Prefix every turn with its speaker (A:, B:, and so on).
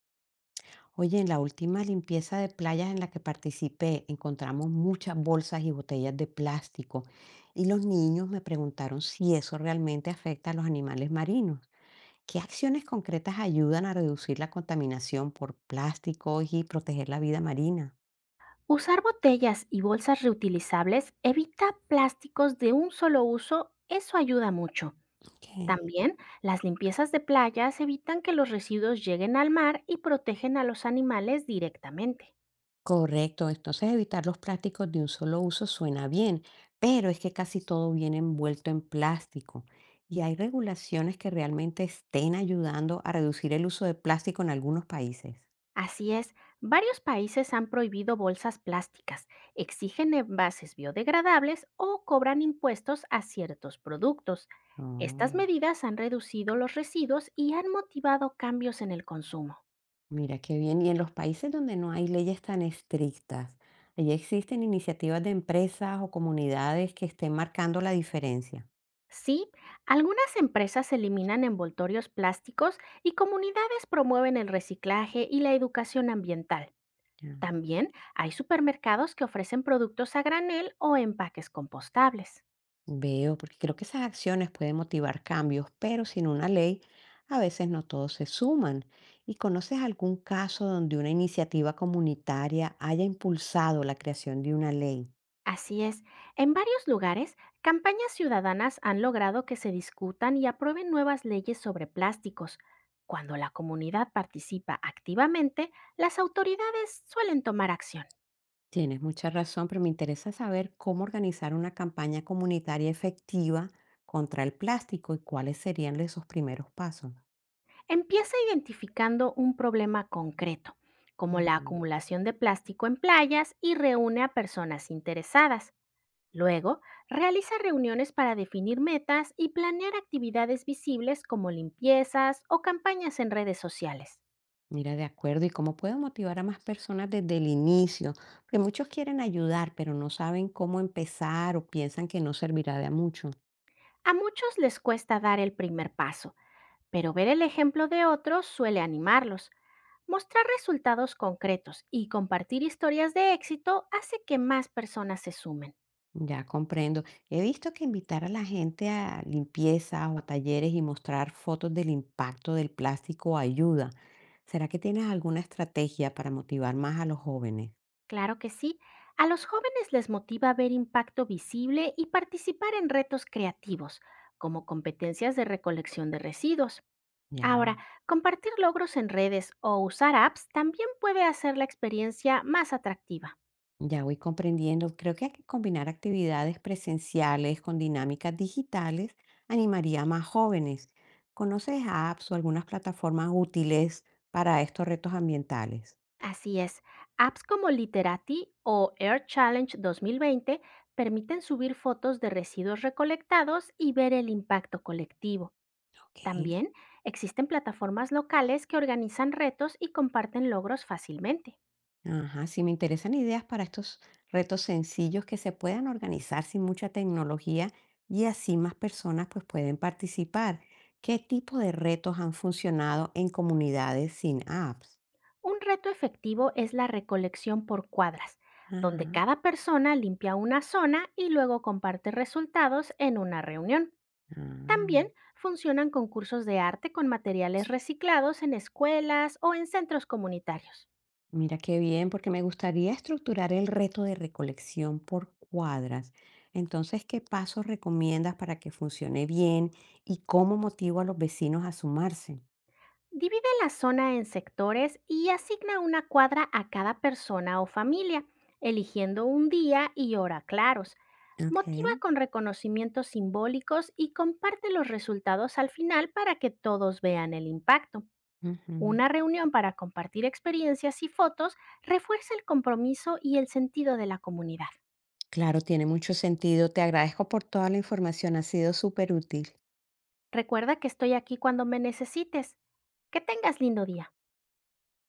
A: Oye, en la última limpieza de playas en la que participé, encontramos muchas bolsas y botellas de plástico y los niños me preguntaron si eso realmente afecta a los animales marinos. ¿Qué acciones concretas ayudan a reducir la contaminación por plásticos y proteger la vida marina?
B: Usar botellas y bolsas reutilizables evita plásticos de un solo uso, eso ayuda mucho.
A: Ok.
B: También las limpiezas de playas evitan que los residuos lleguen al mar y protegen a los animales directamente.
A: Correcto, entonces evitar los plásticos de un solo uso suena bien, pero es que casi todo viene envuelto en plástico y hay regulaciones que realmente estén ayudando a reducir el uso de plástico en algunos países.
B: Así es, varios países han prohibido bolsas plásticas, exigen envases biodegradables o cobran impuestos a ciertos productos. Estas
A: Oh,
B: medidas han reducido los residuos y han motivado cambios en el consumo.
A: mira qué bien. Y en los países donde no hay leyes tan estrictas, ¿allí existen iniciativas de empresas o comunidades que estén marcando la diferencia?
B: Sí, algunas empresas eliminan envoltorios plásticos y comunidades promueven el reciclaje y la educación ambiental. También hay supermercados que ofrecen productos a granel o empaques compostables.
A: Veo, porque creo que esas acciones pueden motivar cambios, pero sin una ley, a veces no todos se suman. ¿Y conoces algún caso donde una iniciativa comunitaria haya impulsado la creación de una ley?
B: Así es, en varios lugares, campañas ciudadanas han logrado que se discutan y aprueben nuevas leyes sobre plásticos. Cuando la comunidad participa activamente, las autoridades suelen tomar acción.
A: Tienes mucha razón, pero me interesa saber cómo organizar una campaña comunitaria efectiva contra el plástico y cuáles serían esos primeros pasos.
B: Empieza identificando un problema concreto, como la
A: Ujú.
B: acumulación de plástico en playas y reúne a personas interesadas. Luego, realiza reuniones para definir metas y planear actividades visibles como limpiezas o campañas en redes sociales.
A: Mira, de acuerdo. ¿Y cómo puedo motivar a más personas desde el inicio? Porque muchos quieren ayudar, pero no saben cómo empezar o piensan que no servirá de a mucho.
B: A muchos les cuesta dar el primer paso, pero ver el ejemplo de otros suele animarlos. Mostrar resultados concretos y compartir historias de éxito hace que más personas se sumen.
A: Ya comprendo. He visto que invitar a la gente a limpiezas o a talleres y mostrar fotos del impacto del plástico ayuda. ¿Será que tienes alguna estrategia para motivar más a los jóvenes?
B: Claro que sí. A los jóvenes les motiva ver impacto visible y participar en retos creativos, como competencias de recolección de residuos. Ahora,
A: Ya.
B: compartir logros en redes o usar apps también puede hacer la experiencia más atractiva.
A: Ya voy comprendiendo. Creo que hay que combinar actividades presenciales con dinámicas digitales animaría a más jóvenes. ¿Conoces apps o algunas plataformas útiles para estos retos ambientales?
B: Así es, apps como Literati o Air Challenge 2020 permiten subir fotos de residuos recolectados y ver el impacto colectivo.
A: Ok.
B: También existen plataformas locales que organizan retos y comparten logros fácilmente.
A: Ajá, sí, me interesan ideas para estos retos sencillos que se puedan organizar sin mucha tecnología y así más personas pues pueden participar. ¿Qué tipo de retos han funcionado en comunidades sin apps?
B: Un reto efectivo es la recolección por cuadras, donde
A: Ajá.
B: cada persona limpia una zona y luego comparte resultados en una reunión.
A: Ah.
B: También funcionan concursos de arte con materiales reciclados en escuelas o en centros comunitarios.
A: Mira qué bien, porque me gustaría estructurar el reto de recolección por cuadras. Entonces, ¿qué pasos recomiendas para que funcione bien y cómo motivo a los vecinos a sumarse?
B: Divide la zona en sectores y asigna una cuadra a cada persona o familia, eligiendo un día y hora claros.
A: Ok.
B: Motiva con reconocimientos simbólicos y comparte los resultados al final para que todos vean el impacto.
A: Ujú.
B: Una reunión para compartir experiencias y fotos refuerza el compromiso y el sentido de la comunidad.
A: Claro, tiene mucho sentido. Te agradezco por toda la información, ha sido súper útil.
B: Recuerda que estoy aquí cuando me necesites. Que tengas lindo día.